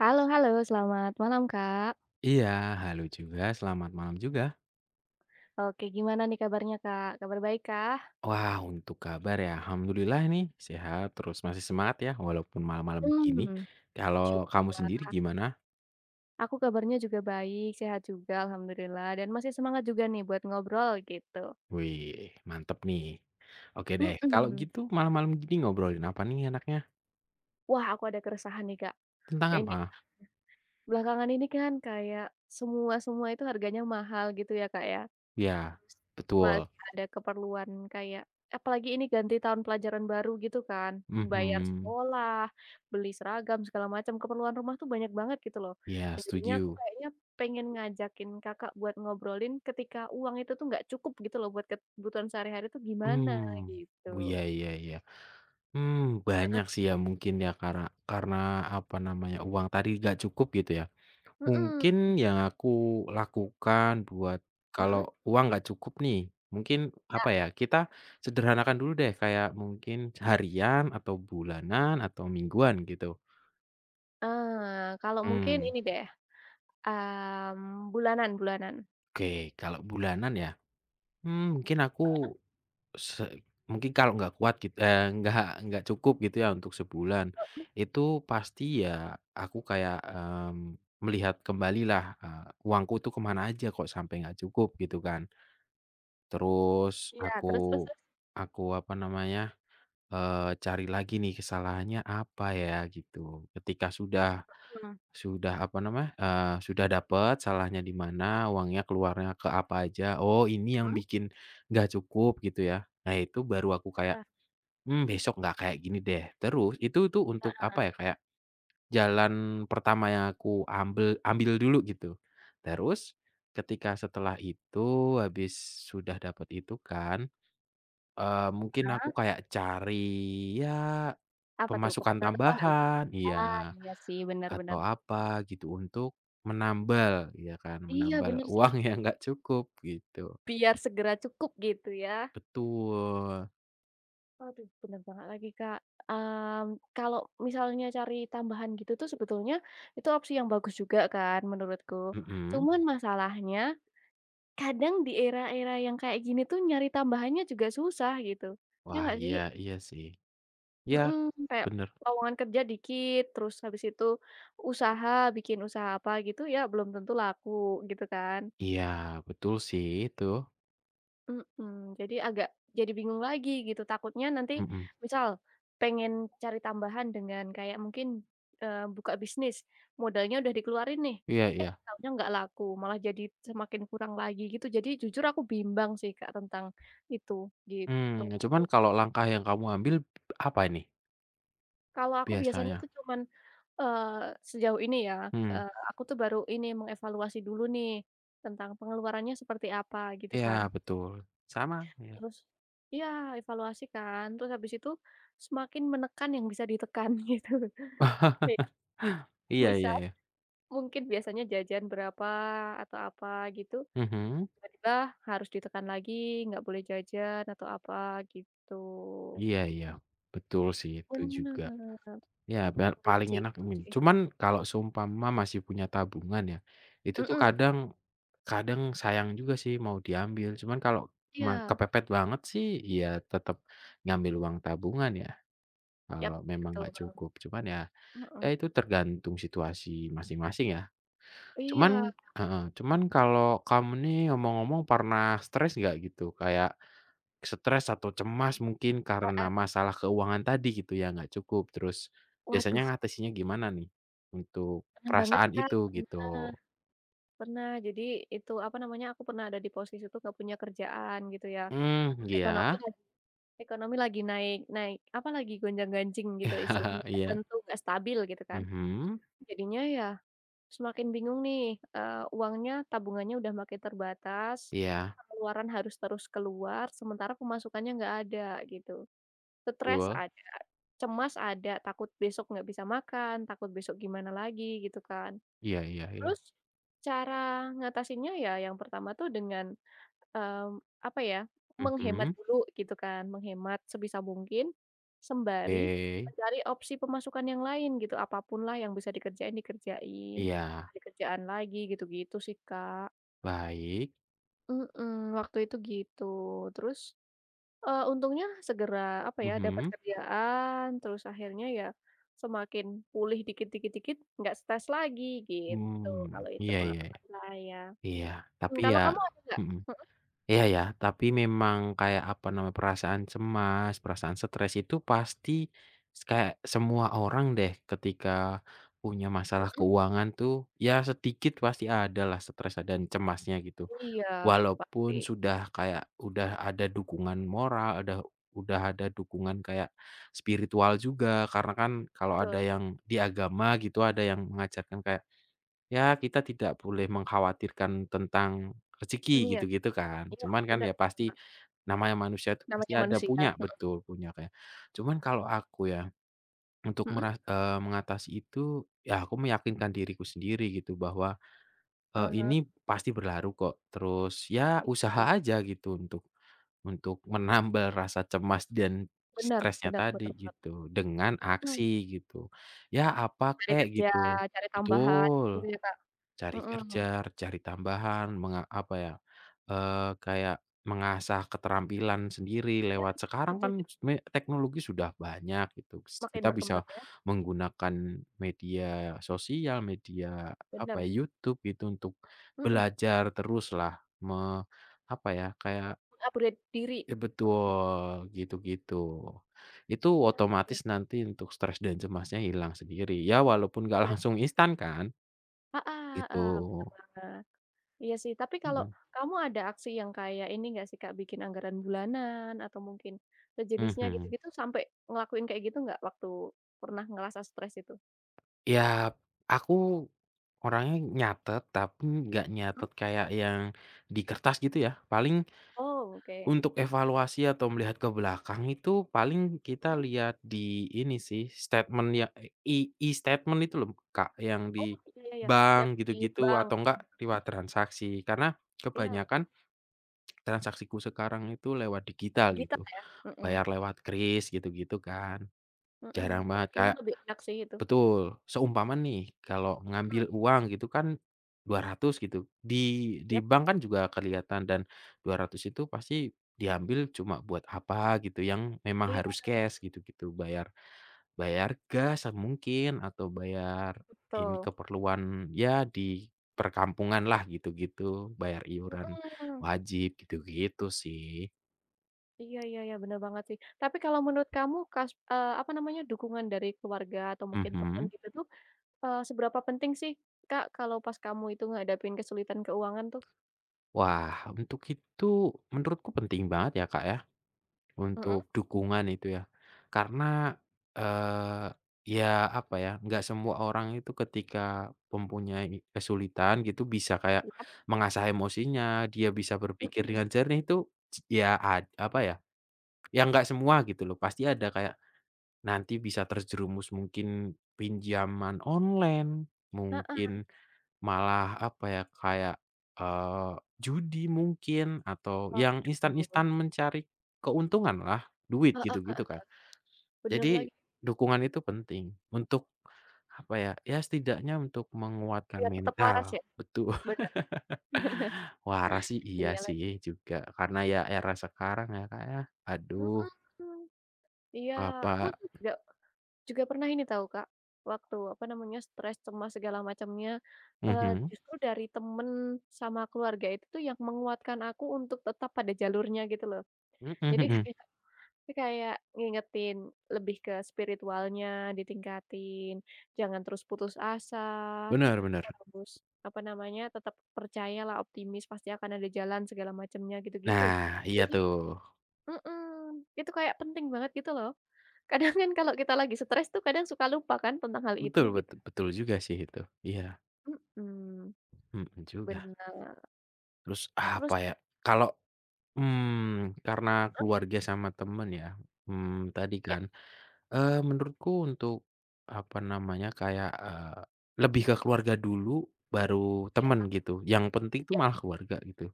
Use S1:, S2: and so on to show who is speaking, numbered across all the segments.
S1: Halo halo, selamat malam, Kak.
S2: Iya, halo juga, selamat malam juga.
S1: Oke, gimana nih kabarnya, Kak? Kabar baik kah?
S2: Wah, untuk kabar ya, alhamdulillah nih sehat, terus masih semangat ya walaupun malam-malam begini.
S1: Mmm,
S2: Kalau kamu sendiri
S1: syukurlah.
S2: gimana?
S1: Aku kabarnya juga baik, sehat juga alhamdulillah dan masih semangat juga nih buat ngobrol gitu.
S2: Wih, mantep nih. Oke deh, kalau
S1: Mhm.
S2: gitu malam-malam gini ngobrolin apa nih enaknya?
S1: Wah, aku ada keresahan nih, Kak.
S2: Tentang
S1: Ini,
S2: apa?
S1: belakangan ini kan kayak semua-semua itu harganya mahal gitu ya, Kak, ya.
S2: Ya, betul.
S1: Masih ada keperluan kayak apalagi ini ganti tahun pelajaran baru gitu kan, bayar
S2: Mhm.
S1: sekolah, beli seragam, segala macam, keperluan rumah tuh banyak banget gitu loh.
S2: Ya,
S1: Nah, jadinya aku
S2: setuju.
S1: kayaknya pengen ngajakin Kakak buat ngobrolin ketika uang itu tuh nggak cukup gitu loh buat kebutuhan sehari-hari tuh gimana
S2: Hmm.
S1: gitu.
S2: Oh, iya iya iya. Hmm.
S1: Heeh,
S2: Banyak sih ya mungkin ya karena apa namanya, uang tadi nggak cukup gitu ya.
S1: mhm,
S2: Mungkin yang aku lakukan buat kalau
S1: mhm,
S2: uang nggak cukup nih, mungkin apa
S1: Kak,
S2: ya, kita sederhanakan dulu deh kayak mungkin harian atau bulanan atau mingguan gitu.
S1: kalau mungkin
S2: Hmm,
S1: ini deh, bulanan bulanan.
S2: oke kalau bulanan ya, mungkin aku se mungkin kalau nggak kuat nggak cukup gitu ya untuk sebulan, itu pasti ya aku kayak, melihat kembalilah, uangku tuh kemana aja kok sampai nggak cukup gitu kan. Terus
S1: Iya, terus terus
S2: aku
S1: terus?
S2: aku apa namanya, cari lagi nih kesalahannya apa ya gitu. Ketika sudah
S1: Mhm,
S2: sudah apa namanya, sudah dapat salahnya di mana, uangnya keluarnya ke apa aja, oh ini yang
S1: mhm,
S2: bikin nggak cukup gitu ya. Nah itu baru aku kayak,
S1: heeh,
S2: Besok nggak kayak gini deh." Terus itu tuh untuk apa ya, kayak jalan pertama yang aku ambil ambil dulu gitu. Terus ketika setelah itu habis sudah dapat itu kan. Mungkin aku
S1: heeh,
S2: kayak cari, ya
S1: apa tuh
S2: pemasukan
S1: penghasilan tambahan?
S2: tambahan,
S1: Ah,
S2: iya,
S1: iya sih, bener bener.
S2: atau apa gitu untuk menambal, ya kan,
S1: Iya,
S2: menambal
S1: bener sih.
S2: uang yang nggak cukup gitu.
S1: Biar segera cukup gitu ya.
S2: Betul,
S1: Waduh, bener banget lagi, Kak. Kalau misalnya cari tambahan gitu tuh sebetulnya itu opsi yang bagus juga kan menurutku.
S2: mhm.
S1: Cuman masalahnya kadang di era-era yang kayak gini tuh nyari tambahannya juga susah gitu. Ya
S2: Wah,
S1: nggak sih?
S2: iya iya sih. Iya,
S1: Mhm, kayak
S2: bener.
S1: lowongan kerja dikit, terus habis itu usaha, bikin usaha apa gitu ya belum tentu laku gitu kan.
S2: Iya, betul sih itu,
S1: Mhm, jadi bingung lagi gitu, takutnya nanti
S2: mhm.
S1: misal pengen cari tambahan dengan kayak mungkin, buka bisnis, modalnya udah dikeluarin nih,
S2: Iya
S1: eh
S2: iya.
S1: taunya nggak laku, malah jadi semakin kurang lagi gitu. Jadi jujur aku bimbang sih Kak tentang itu, gitu.
S2: Cuman kalau langkah yang kamu ambil apa ini
S1: Kalau aku biasanya
S2: biasanya?
S1: tuh cuman, eee, sejauh ini ya,
S2: Mmm,
S1: aku tuh baru ini mengevaluasi dulu nih, tentang pengeluarannya seperti apa gitu
S2: iya
S1: kan.
S2: betul, sama, iya.
S1: Terus iya evaluasi kan, terus habis itu semakin menekan yang bisa ditekan gitu. Kayak
S2: Iya iya
S1: misal
S2: iya.
S1: mungkin biasanya jajan berapa atau apa gitu,
S2: Mhm.
S1: tiba-tiba harus ditekan lagi, nggak boleh jajan atau apa gitu.
S2: Iya iya, betul sih itu juga.
S1: Bener,
S2: Ya paling
S1: induksi
S2: enak
S1: itu
S2: mie.
S1: sih.
S2: Cuman kalau seumpama masih punya tabungan ya, itu tuh
S1: Mhm,
S2: kadang kadang sayang juga sih mau diambil, cuman kalau
S1: iya,
S2: kepepet banget sih ya tetap ngambil uang tabungan ya,
S1: yap,
S2: kalau memang
S1: betul
S2: nggak
S1: banget,
S2: cukup. Cuman ya,
S1: heeh.
S2: ya itu tergantung situasi masing-masing ya. Cuman
S1: Iya,
S2: heeh, cuman kalau kamu nih ngomong-ngomong pernah stres nggak gitu? Kayak stres atau cemas mungkin karena
S1: heeh,
S2: masalah keuangan tadi gitu ya, nggak cukup, terus biasanya
S1: waduh
S2: ngatasinnya gimana nih untuk
S1: pernah banget,
S2: perasaan
S1: Kak,
S2: itu gitu?
S1: pernah pernah. Jadi itu, apa namanya, aku pernah ada di posisi itu nggak punya kerjaan gitu ya.
S2: Mmm,
S1: Ekonomi
S2: iya.
S1: lagi ekonomi lagi naik naik apa, lagi gonjang-ganjing gitu istilahnya, nggak
S2: Iya.
S1: tentu, nggak stabil gitu kan.
S2: Mhm.
S1: Jadinya ya semakin bingung nih, uangnya tabungannya udah makin terbatas,
S2: Iya,
S1: pengeluaran harus terus keluar, sementara pemasukannya nggak ada gitu. Stres
S2: betul.
S1: ada, cemas ada, takut besok nggak bisa makan, takut besok gimana lagi gitu kan.
S2: Iya iya iya.
S1: Terus cara ngatasinnya ya yang pertama tuh dengan Mmm, apa ya, menghemat
S2: Mhm.
S1: dulu gitu kan, menghemat sebisa mungkin, sembari
S2: Oke.
S1: mencari opsi pemasukan yang lain gitu, apapun lah yang bisa dikerjain, dikerjain,
S2: Iya,
S1: cari kerjaan lagi gitu-gitu sih, Kak.
S2: baik.
S1: Mhm, waktu itu gitu. Terus, untungnya segera apa ya, dapat
S2: Mhm.
S1: kerjaan, terus akhirnya ya semakin pulih dikit-dikit dikit, dikit, nggak stres lagi gitu, kalau
S2: Mmm,
S1: itu
S2: iya iya iya.
S1: pengalaman saya.
S2: Iya, tapi
S1: Mmm, kalau
S2: ya
S1: kamu ada nggak?
S2: mhm.
S1: Mhm
S2: Iya ya, tapi memang kayak apa namanya, perasaan cemas, perasaan stres itu pasti kayak semua orang deh ketika punya masalah
S1: mhm.
S2: keuangan tuh, ya sedikit pasti ada lah stres dan cemasnya gitu.
S1: Iya,
S2: Walaupun
S1: pasti.
S2: sudah kayak udah ada dukungan moral, udah ada dukungan kayak spiritual juga, karena kan kalau ada
S1: Betul,
S2: yang di agama gitu, ada yang mengajarkan kayak ya kita tidak boleh mengkhawatirkan tentang rezeki
S1: dunia.
S2: gitu-gitu kan.
S1: Iya,
S2: Cuman kan
S1: bener
S2: ya pasti
S1: bener.
S2: namanya manusia itu pasti
S1: Namanya
S2: ada
S1: manusia.
S2: punya
S1: Mhm,
S2: betul, punya Kak, ya. Cuman kalau aku ya untuk
S1: mhm?
S2: mengatasi itu ya aku meyakinkan diriku sendiri gitu bahwa,
S1: Ah hah,
S2: ini pasti berlalu kok. Terus ya
S1: iya
S2: usaha
S1: sih.
S2: aja gitu untuk menambal rasa cemas dan
S1: Bener
S2: stresnya
S1: bener
S2: tadi
S1: bener banget.
S2: gitu dengan
S1: Mhm,
S2: aksi gitu. Ya apa
S1: cari
S2: kek
S1: kerja,
S2: gitu.
S1: cari tambahan gitu
S2: Betul.
S1: ya, Kak?
S2: Cari
S1: Mhm.
S2: kerja, cari tambahan, apa ya, kayak mengasah keterampilan sendiri
S1: Iya
S2: lewat
S1: iya,
S2: sekarang kan
S1: setuju.
S2: sebenarnya teknologi sudah banyak gitu,
S1: Makin
S2: kita bisa
S1: berkembang ya,
S2: menggunakan media sosial, media apa
S1: bener.
S2: ya, YouTube gitu untuk
S1: Mhm,
S2: belajar teruslah me apa ya, kayak
S1: meng-upgrade diri.
S2: ya betul, gitu-gitu. Itu
S1: Iya iya,
S2: otomatis nanti untuk stres dan cemasnya hilang sendiri, ya walaupun nggak
S1: iya
S2: langsung
S1: sih.
S2: instan kan,
S1: Heeh
S2: gitu.
S1: heeh, bener banget. Iya sih, tapi kalau
S2: Mhm.
S1: kamu ada aksi yang kayak ini nggak sih, Kak, bikin anggaran bulanan atau mungkin sejenisnya
S2: Mhm.
S1: gitu-gitu sampai ngelakuin kayak gitu nggak waktu pernah ngerasa stres itu?
S2: Ya, aku orangnya nyatet, tapi nggak nyatet kayak yang di kertas gitu ya. Paling
S1: Oh, oke.
S2: untuk evaluasi atau melihat ke belakang itu paling kita
S1: Mhm.
S2: lihat di ini sih, statement ya e statement itu loh, Kak, yang
S1: Oh,
S2: di
S1: iya iya iya, yang
S2: bank
S1: di
S2: gitu-gitu
S1: bank,
S2: atau enggak lewat transaksi. Karena
S1: iya,
S2: kebanyakan transaksiku sekarang itu lewat
S1: di
S2: digital
S1: gitar
S2: gitu,
S1: ya? Mhm,
S2: bayar lewat kris gitu-gitu kan.
S1: mhm,
S2: Jarang banget
S1: trackingnya
S2: kayak
S1: lebih enak sih itu.
S2: betul. Seumpama nih, kalau
S1: Mhm,
S2: ngambil uang gitu kan, 200 gitu, di
S1: yap,
S2: bank kan juga kelihatan dan 200 itu pasti diambil cuma buat apa gitu, yang memang
S1: iya
S2: harus cash gitu-gitu, bayar bayar gas mungkin atau bayar ini
S1: betul.
S2: keperluan ya di perkampungan lah gitu-gitu, bayar iuran
S1: Mhm,
S2: wajib gitu-gitu sih.
S1: iya iya iya, bener banget sih. Tapi kalau menurut kamu kas apa namanya, dukungan dari keluarga atau mungkin temen
S2: Mhm.
S1: gitu tuh, seberapa penting sih, Kak, kalau pas kamu itu ngadapin kesulitan keuangan tuh?
S2: Wah, untuk itu menurutku penting banget ya, Kak, ya.
S1: Mhm,
S2: Untuk dukungan itu ya. Karena, eee, ya apa ya, nggak semua orang itu ketika mempunyai kesulitan gitu bisa kayak
S1: yap,
S2: mengasah emosinya, dia bisa berpikir
S1: mhm,
S2: dengan jernih itu ya apa ya, ya nggak semua gitu loh. Pasti ada kayak
S1: yap,
S2: nanti bisa terjerumus mungkin pinjaman online,
S1: heeh,
S2: mungkin malah apa ya, kayak, judi mungkin atau yang
S1: waduh,
S2: instan-instan mencari keuntungan lah duit
S1: heeh,
S2: gitu-gitu kan.
S1: bener lagi,
S2: Jadi dukungan itu penting untuk apa ya, ya setidaknya untuk menguatkan
S1: biar tetap waras
S2: mental,
S1: ya?
S2: betul.
S1: Bener.
S2: Waras sih iya
S1: Iya
S2: sih
S1: lagi,
S2: juga, karena ya era sekarang ya, Kak, ya. Aduh,
S1: mhm. Iya, aku
S2: Bapak
S1: tuh juga juga pernah ini tahu, Kak, waktu, apa namanya, stres, cemas, segala macamnya, eee,
S2: mhm,
S1: justru dari temen sama keluarga itu tuh yang menguatkan aku untuk tetap pada jalurnya gitu loh.
S2: mhm
S1: Jadi
S2: mhm,
S1: kayak kayak ngingetin lebih ke spiritualnya ditingkatin, jangan terus putus asa,
S2: bener bener.
S1: terus, apa namanya, tetap percayalah, optimis, pasti akan ada jalan segala macamnya, gitu-gitu.
S2: Nah, iya
S1: Jadi
S2: tuh.
S1: mhm, itu kayak penting banget gitu loh. Kadang kan kalau kita lagi stres tuh kadang suka lupa kan tentang hal itu
S2: Betul
S1: gitu.
S2: betul betul juga sih itu, iya,
S1: Mhm,
S2: mhm juga.
S1: bener.
S2: Terus apa
S1: Terus
S2: ya, kalau, karena keluarga sama temen ya, tadi
S1: ya
S2: kan, menurutku untuk, apa namanya, kayak, lebih ke keluarga dulu, baru
S1: iya
S2: temen gitu, yang penting tuh
S1: iya
S2: malah keluarga gitu,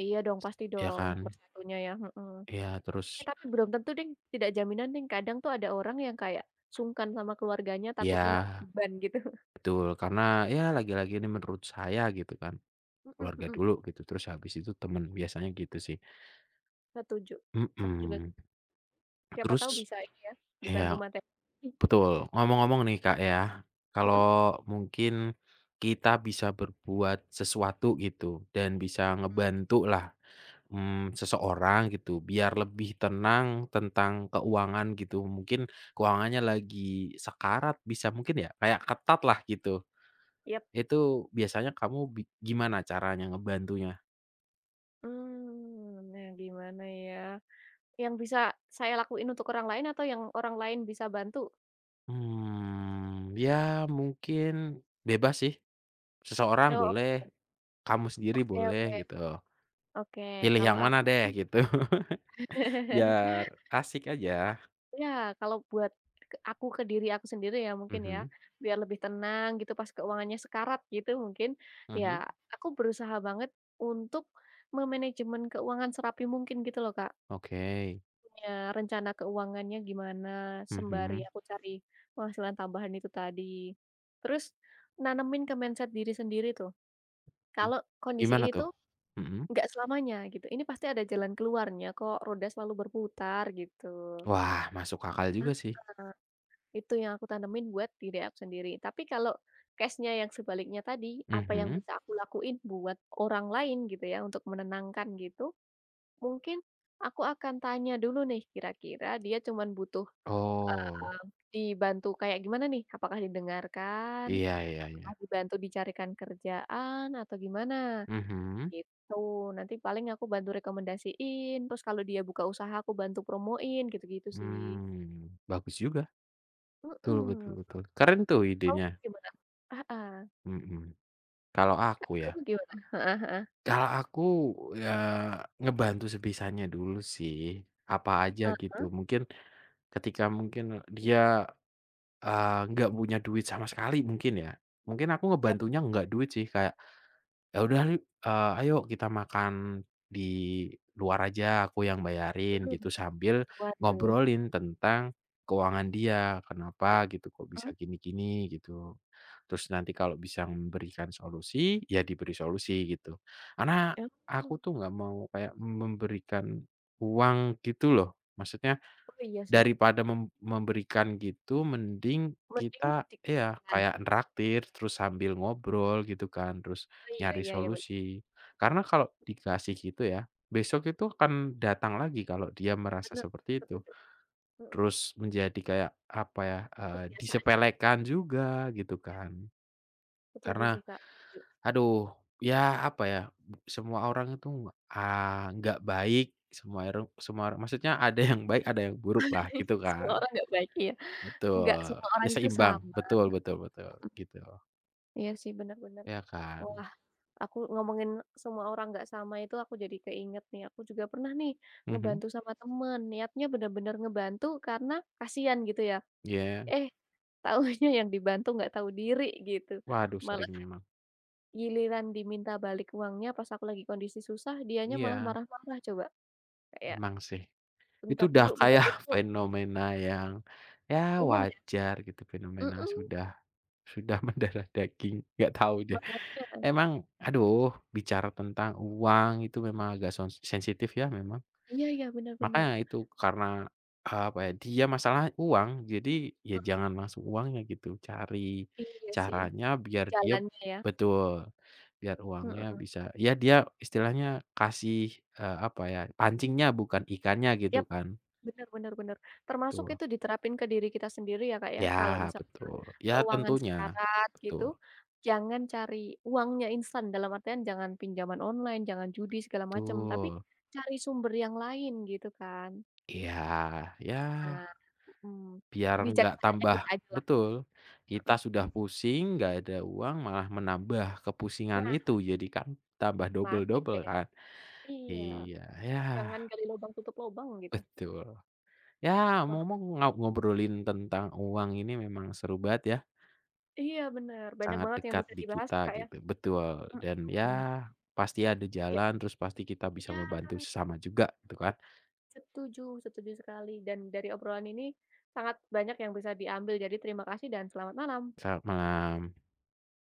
S1: iya dong pasti
S2: ya
S1: dong
S2: kan?
S1: nomor satunya ya, mhm.
S2: Ya
S1: Eh,
S2: terus
S1: tapi belum tentu deng, tidak jaminan deng, kadang tuh ada orang yang kayak sungkan sama keluarganya takut
S2: ya
S1: menambah beban gitu.
S2: betul, karena ya lagi-lagi ini menurut saya gitu kan,
S1: Mhm
S2: keluarga
S1: mhm.
S2: dulu gitu, terus habis itu temen, biasanya gitu sih,
S1: Setuju. Aku juga
S2: mhm,
S1: siapa tahu
S2: terus
S1: bisa ini ya dibantu
S2: ya
S1: materi.
S2: betul. Ngomong-ngomong nih Kak ya,
S1: Mhm,
S2: kalau mungkin kita bisa berbuat sesuatu gitu dan bisa ngebantulah, seseorang gitu biar lebih tenang tentang keuangan gitu, mungkin keuangannya lagi sekarat bisa mungkin ya, kayak ketat lah gitu.
S1: yap.
S2: Itu biasanya kamu gimana caranya ngebantunya?
S1: Mmm, nah gimana ya, yang bisa saya lakuin untuk orang lain atau yang orang lain bisa bantu?
S2: Ya mungkin bebas sih, seseorang
S1: Oh,
S2: boleh,
S1: oke.
S2: kamu sendiri
S1: Oke
S2: boleh
S1: oke
S2: gitu.
S1: oke.
S2: Pilih
S1: Kalau
S2: yang
S1: aku
S2: mana deh
S1: mungkin
S2: gitu. Biar asik aja.
S1: iya, kalau buat ke diri aku sendiri ya mungkin ya,
S2: Mhm
S1: biar lebih tenang gitu pas keuangannya sekarat gitu mungkin, ya
S2: mhm,
S1: aku berusaha banget untuk memanajemen keuangan serapi mungkin gitu loh, Kak.
S2: oke,
S1: Punya rencana keuangannya gimana, sembari
S2: mhm,
S1: aku cari penghasilan tambahan itu tadi. Terus nanemin ke mindset diri sendiri tuh,
S2: mmm,
S1: kalau kondisi
S2: gimana
S1: ini
S2: tuh?
S1: tuh
S2: Mhm,
S1: nggak selamanya gitu, ini pasti ada jalan keluarnya kok, roda selalu berputar gitu.
S2: wah masuk akal juga sih,
S1: Heeh, itu yang aku tanemin buat diri aku sendiri. Tapi kalau case-nya yang sebaliknya tadi, apa yang
S2: mhm,
S1: bisa aku lakuin buat orang lain gitu ya, untuk menenangkan gitu, mungkin aku akan tanya dulu nih kira-kira dia cuman butuh,
S2: oh,
S1: eee, dibantu kayak gimana nih? Apakah didengarkan?
S2: iya iya iya,
S1: Apakah dibantu dicarikan kerjaan? Atau gimana?
S2: mhm,
S1: Gitu, nanti paling aku bantu rekomendasiin, terus kalau dia buka usaha aku bantu promoin, gitu-gitu sih.
S2: bagus juga, betul betul
S1: Mhm,
S2: betul, keren tuh
S1: kamu
S2: idenya,
S1: gimana? Heeh,
S2: mhm, kalau aku
S1: kalau
S2: ya,
S1: kamu gimana? Heeh heeh,
S2: kalau aku, ya ngebantu sebisanya dulu sih, apa aja
S1: eee,
S2: gitu mungkin ketika mungkin dia nggak punya duit sama sekali mungkin ya. Mungkin aku
S1: iya,
S2: ngebantunya nggak duit sih kayak, "Ya udah yuk, ayo kita makan di luar aja, aku yang bayarin,"
S1: mhm,
S2: gitu sambil
S1: waduh,
S2: ngobrolin tentang keuangan dia, kenapa gitu, kok bisa
S1: mhm,
S2: gini-gini gitu. Terus nanti kalau bisa memberikan solusi, ya diberi solusi gitu. Karena
S1: oh
S2: aku tuh nggak mau kayak memberikan uang gitu loh, maksudnya
S1: oh iya sih,
S2: daripada memberikan gitu mending
S1: mending
S2: kita
S1: di
S2: ya
S1: kan,
S2: kayak neraktir terus sambil ngobrol gitu kan, terus
S1: oh iya
S2: nyari
S1: iya iya, bener
S2: solusi. Karena kalau dikasih gitu ya, besok itu akan datang lagi kalau dia merasa
S1: bener,
S2: seperti itu.
S1: setuju, mhm,
S2: Terus menjadi kayak apa ya,
S1: kebiasaan ya,
S2: disepelekan juga gitu kan.
S1: setuju
S2: Karena
S1: sih Kak, setuju.
S2: aduh, ya apa ya, semua orang itu, nggak baik, semua eru semua orang- maksudnya ada yang baik, ada yang buruk lah gitu kan.
S1: Semua orang nggak baik, iya, nggak
S2: Betul,
S1: semua
S2: ya
S1: orang itu
S2: seimbang,
S1: sama,
S2: betul betul betul,
S1: mhm,
S2: gitu,
S1: iya sih, bener bener,
S2: ya kan?
S1: wah aku ngomongin semua orang nggak sama itu aku jadi keinget nih, aku juga pernah nih
S2: Mhm,
S1: ngebantu sama temen, niatnya bener-bener ngebantu karena kasihan gitu ya,
S2: iya,
S1: eh taunya yang dibantu nggak tahu diri gitu.
S2: waduh
S1: Malah
S2: sering memang.
S1: giliran diminta balik uangnya pas aku lagi kondisi susah, dianya malah
S2: Iya,
S1: marah-marah coba, kayak,
S2: emang sih. Itu udah
S1: Bentar
S2: kayak
S1: dulu,"
S2: fenomena yang, ya
S1: umum ya?
S2: wajar gitu, fenomena
S1: Mhm,
S2: sudah mendarah daging, nggak tahu deh.
S1: makanya.
S2: Emang aduh bicara tentang uang itu memang agak sensitif ya memang.
S1: Iya iya, benar-benar.
S2: Makanya itu karena, apa ya, dia masalah uang, jadi ya jangan langsung uangnya gitu, cari
S1: Iya sih,
S2: caranya biar dia
S1: jalannya ya,
S2: betul, biar uangnya
S1: mhm,
S2: bisa ya dia istilahnya kasih, apa ya, pancingnya bukan ikannya gitu
S1: yap.
S2: kan,
S1: Bener bener bener. Termasuk
S2: betul.
S1: itu diterapin ke diri kita sendiri ya, Kak, ya. Kalau
S2: Ya
S1: misalnya
S2: betul, ya
S1: keuangan
S2: tentunya,
S1: syarat gitu,
S2: betul
S1: jangan cari uangnya instan, dalam artian jangan pinjaman online, jangan judi segala macam, tapi
S2: betul.
S1: cari sumber yang lain gitu kan.
S2: Iya, ya
S1: Nah, mhm,
S2: biar nggak
S1: bijaksananya
S2: tambah
S1: kita ajalah.
S2: betul, kita
S1: Heeh.
S2: sudah pusing, nggak ada uang, malah menambah kepusingan
S1: Nah,
S2: itu, jadi kan tambah
S1: makin
S2: double-double
S1: deh
S2: kan.
S1: iya,
S2: Iya, ya
S1: jangan gali lubang tutup lubang gitu.
S2: betul. Ya
S1: Wah,
S2: ngomong-ngomong ngobrolin tentang uang ini memang seru banget ya,
S1: iya benar banyak
S2: sangat
S1: banget yang
S2: dekat
S1: bisa
S2: di
S1: dibahas ya,
S2: kita
S1: Kak, ya.
S2: gitu, betul. Dan
S1: Mhm,
S2: ya pasti ada
S1: ja
S2: jalan, terus pasti kita bisa
S1: iya.
S2: membantu sesama juga gitu kan.
S1: Setuju setuju sekali, dan dari obrolan ini sangat banyak yang bisa diambil, jadi terima kasih dan selamat malam.
S2: Selamat malam.